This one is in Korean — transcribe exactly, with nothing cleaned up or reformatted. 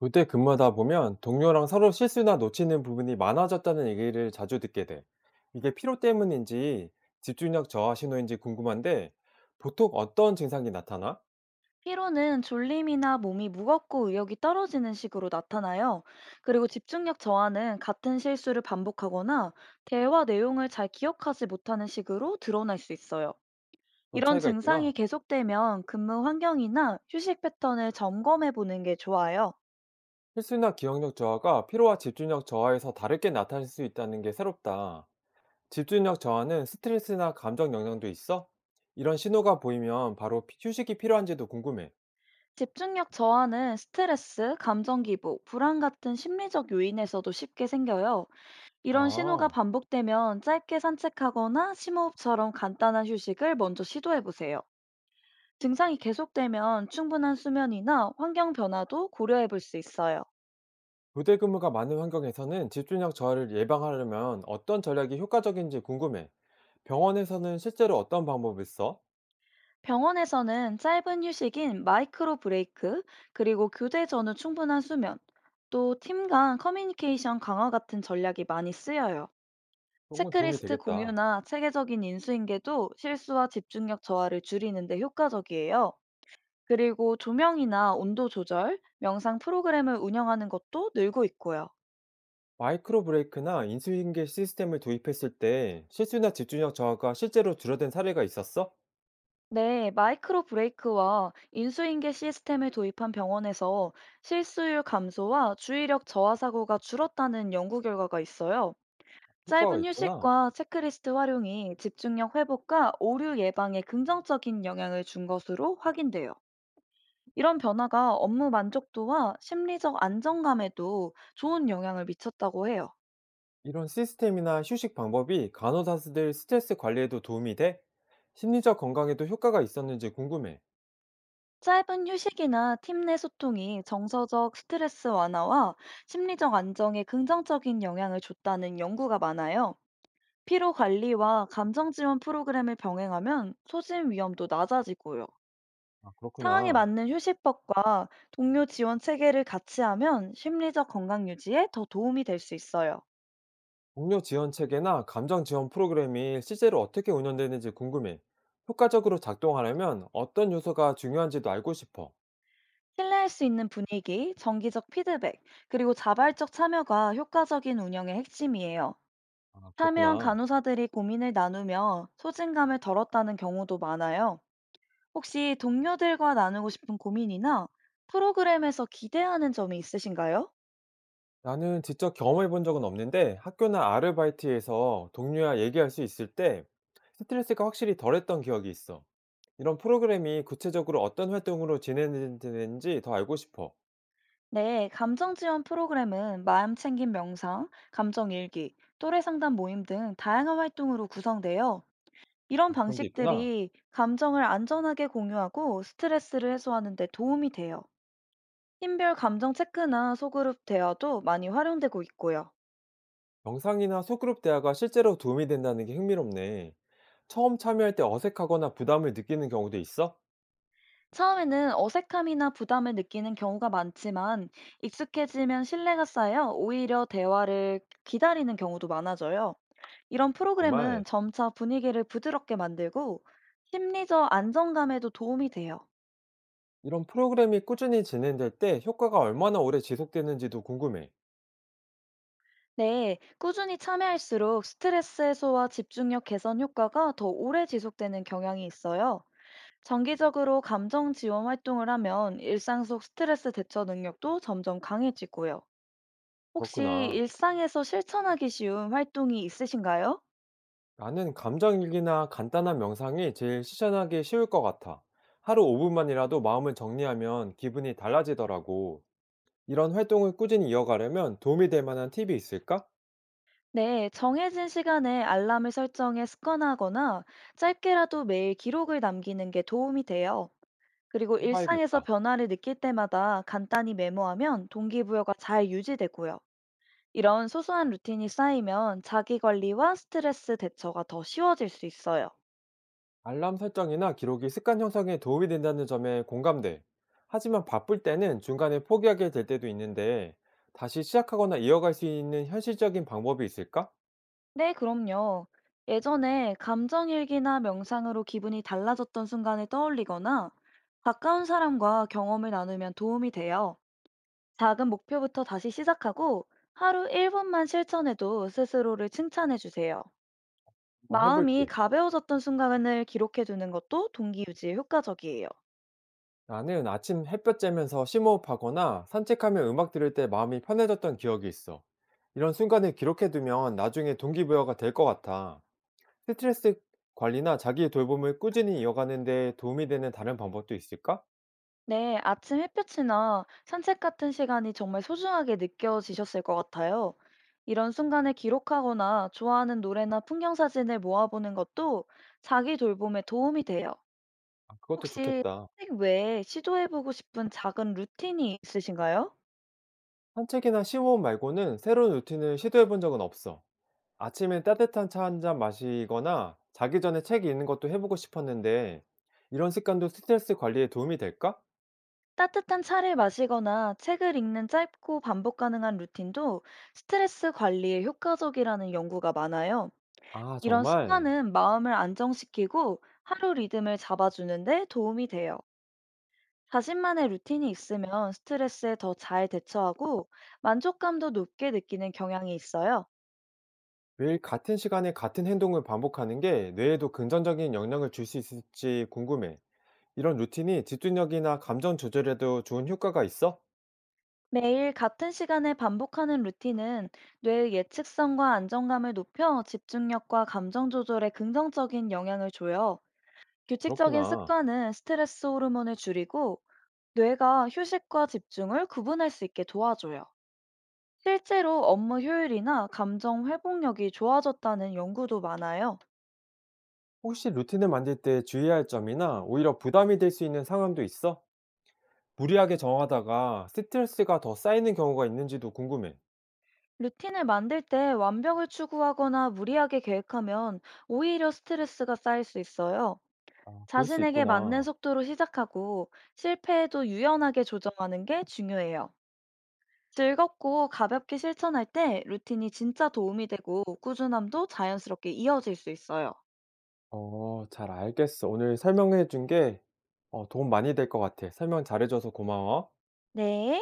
부대 근무하다 보면 동료랑 서로 실수나 놓치는 부분이 많아졌다는 얘기를 자주 듣게 돼. 이게 피로 때문인지 집중력 저하 신호인지 궁금한데 보통 어떤 증상이 나타나? 피로는 졸림이나 몸이 무겁고 의욕이 떨어지는 식으로 나타나요. 그리고 집중력 저하는 같은 실수를 반복하거나 대화 내용을 잘 기억하지 못하는 식으로 드러날 수 있어요. 그런 이런 차이가 있구나. 증상이 계속되면 근무 환경이나 휴식 패턴을 점검해 보는 게 좋아요. 실수나 기억력 저하가 피로와 집중력 저하에서 다르게 나타날 수 있다는 게 새롭다. 집중력 저하는 스트레스나 감정 영향도 있어? 이런 신호가 보이면 바로 피- 휴식이 필요한지도 궁금해. 집중력 저하는 스트레스, 감정 기복, 불안 같은 심리적 요인에서도 쉽게 생겨요. 이런 신호가 아. 반복되면 짧게 산책하거나 심호흡처럼 간단한 휴식을 먼저 시도해 보세요. 증상이 계속되면 충분한 수면이나 환경 변화도 고려해 볼 수 있어요. 교대 근무가 많은 환경에서는 집중력 저하를 예방하려면 어떤 전략이 효과적인지 궁금해. 병원에서는 실제로 어떤 방법을 써? 병원에서는 짧은 휴식인 마이크로 브레이크, 그리고 교대 전후 충분한 수면, 또 팀 간 커뮤니케이션 강화 같은 전략이 많이 쓰여요. 그건 도움이 체크리스트 되겠다. 공유나 체계적인 인수인계도 실수와 집중력 저하를 줄이는 데 효과적이에요. 그리고 조명이나 온도 조절, 명상 프로그램을 운영하는 것도 늘고 있고요. 마이크로 브레이크나 인수인계 시스템을 도입했을 때 실수나 집중력 저하가 실제로 줄어든 사례가 있었어? 네, 마이크로 브레이크와 인수인계 시스템을 도입한 병원에서 실수율 감소와 주의력 저하 사고가 줄었다는 연구 결과가 있어요. 효과가 짧은 있구나. 휴식과 체크리스트 활용이 집중력 회복과 오류 예방에 긍정적인 영향을 준 것으로 확인돼요. 이런 변화가 업무 만족도와 심리적 안정감에도 좋은 영향을 미쳤다고 해요. 이런 시스템이나 휴식 방법이 간호사들 스트레스 관리에도 도움이 돼? 심리적 건강에도 효과가 있었는지 궁금해. 짧은 휴식이나 팀 내 소통이 정서적 스트레스 완화와 심리적 안정에 긍정적인 영향을 줬다는 연구가 많아요. 피로 관리와 감정 지원 프로그램을 병행하면 소진 위험도 낮아지고요. 아, 상황에 그렇구나. 맞는 휴식법과 동료 지원 체계를 같이 하면 심리적 건강 유지에 더 도움이 될 수 있어요. 동료 지원 체계나 감정 지원 프로그램이 실제로 어떻게 운영되는지 궁금해. 효과적으로 작동하려면 어떤 요소가 중요한지도 알고 싶어. 신뢰할 수 있는 분위기, 정기적 피드백, 그리고 자발적 참여가 효과적인 운영의 핵심이에요. 아, 참여한 그렇구나. 간호사들이 고민을 나누며 소진감을 덜었다는 경우도 많아요. 혹시 동료들과 나누고 싶은 고민이나 프로그램에서 기대하는 점이 있으신가요? 나는 직접 경험해 본 적은 없는데 학교나 아르바이트에서 동료와 얘기할 수 있을 때 스트레스가 확실히 덜했던 기억이 있어. 이런 프로그램이 구체적으로 어떤 활동으로 진행되는지 더 알고 싶어. 네, 감정 지원 프로그램은 마음 챙김 명상, 감정 일기, 또래 상담 모임 등 다양한 활동으로 구성돼요. 이런 아, 그런 게 있구나. 방식들이 감정을 안전하게 공유하고 스트레스를 해소하는 데 도움이 돼요. 팀별 감정 체크나 소그룹 대화도 많이 활용되고 있고요. 영상이나 소그룹 대화가 실제로 도움이 된다는 게 흥미롭네. 처음 참여할 때 어색하거나 부담을 느끼는 경우도 있어? 처음에는 어색함이나 부담을 느끼는 경우가 많지만 익숙해지면 신뢰가 쌓여 오히려 대화를 기다리는 경우도 많아져요. 이런 정말. 프로그램은 점차 분위기를 부드럽게 만들고 심리적 안정감에도 도움이 돼요. 이런 프로그램이 꾸준히 진행될 때 효과가 얼마나 오래 지속되는지도 궁금해. 네, 꾸준히 참여할수록 스트레스 해소와 집중력 개선 효과가 더 오래 지속되는 경향이 있어요. 정기적으로 감정 지원 활동을 하면 일상 속 스트레스 대처 능력도 점점 강해지고요. 혹시 그렇구나. 일상에서 실천하기 쉬운 활동이 있으신가요? 나는 감정일기나 간단한 명상이 제일 실천하기 쉬울 것 같아. 하루 오 분만이라도 마음을 정리하면 기분이 달라지더라고. 이런 활동을 꾸준히 이어가려면 도움이 될 만한 팁이 있을까? 네, 정해진 시간에 알람을 설정해 습관화하거나 짧게라도 매일 기록을 남기는 게 도움이 돼요. 그리고 일상에서 해봐야겠다. 변화를 느낄 때마다 간단히 메모하면 동기부여가 잘 유지되고요. 이런 소소한 루틴이 쌓이면 자기 관리와 스트레스 대처가 더 쉬워질 수 있어요. 알람 설정이나 기록이 습관 형성에 도움이 된다는 점에 공감돼. 하지만 바쁠 때는 중간에 포기하게 될 때도 있는데 다시 시작하거나 이어갈 수 있는 현실적인 방법이 있을까? 네, 그럼요. 예전에 감정일기나 명상으로 기분이 달라졌던 순간을 떠올리거나 가까운 사람과 경험을 나누면 도움이 돼요. 작은 목표부터 다시 시작하고 하루 일 분만 실천해도 스스로를 칭찬해 주세요. 한번 마음이 해볼게. 가벼워졌던 순간을 기록해 두는 것도 동기 유지에 효과적이에요. 나는 아침 햇볕 쬐면서 심호흡하거나 산책하며 음악 들을 때 마음이 편해졌던 기억이 있어. 이런 순간을 기록해두면 나중에 동기부여가 될 것 같아. 스트레스 관리나 자기 돌봄을 꾸준히 이어가는 데 도움이 되는 다른 방법도 있을까? 네, 아침 햇볕이나 산책 같은 시간이 정말 소중하게 느껴지셨을 것 같아요. 이런 순간을 기록하거나 좋아하는 노래나 풍경 사진을 모아보는 것도 자기 돌봄에 도움이 돼요. 아, 그것도 혹시 좋겠다. 산책 외에 시도해보고 싶은 작은 루틴이 있으신가요? 산책이나 심호흡 말고는 새로운 루틴을 시도해본 적은 없어. 아침에 따뜻한 차 한잔 마시거나 자기 전에 책 읽는 것도 해보고 싶었는데 이런 습관도 스트레스 관리에 도움이 될까? 따뜻한 차를 마시거나 책을 읽는 짧고 반복 가능한 루틴도 스트레스 관리에 효과적이라는 연구가 많아요. 아, 이런 정말? 습관은 마음을 안정시키고 하루 리듬을 잡아주는데 도움이 돼요. 자신만의 루틴이 있으면 스트레스에 더 잘 대처하고 만족감도 높게 느끼는 경향이 있어요. 매일 같은 시간에 같은 행동을 반복하는 게 뇌에도 긍정적인 영향을 줄 수 있을지 궁금해. 이런 루틴이 집중력이나 감정 조절에도 좋은 효과가 있어? 매일 같은 시간에 반복하는 루틴은 뇌의 예측성과 안정감을 높여 집중력과 감정 조절에 긍정적인 영향을 줘요. 규칙적인 그렇구나. 습관은 스트레스 호르몬을 줄이고 뇌가 휴식과 집중을 구분할 수 있게 도와줘요. 실제로 업무 효율이나 감정 회복력이 좋아졌다는 연구도 많아요. 혹시 루틴을 만들 때 주의해야 할 점이나 오히려 부담이 될 수 있는 상황도 있어? 무리하게 정하다가 스트레스가 더 쌓이는 경우가 있는지도 궁금해. 루틴을 만들 때 완벽을 추구하거나 무리하게 계획하면 오히려 스트레스가 쌓일 수 있어요. 아, 그럴 수 자신에게 맞는 있구나. 속도로 시작하고 실패에도 유연하게 조정하는 게 중요해요. 즐겁고 가볍게 실천할 때 루틴이 진짜 도움이 되고 꾸준함도 자연스럽게 이어질 수 있어요. 어, 잘 알겠어. 오늘 설명해 준 게 어, 도움 많이 될 것 같아. 설명 잘해줘서 고마워. 네.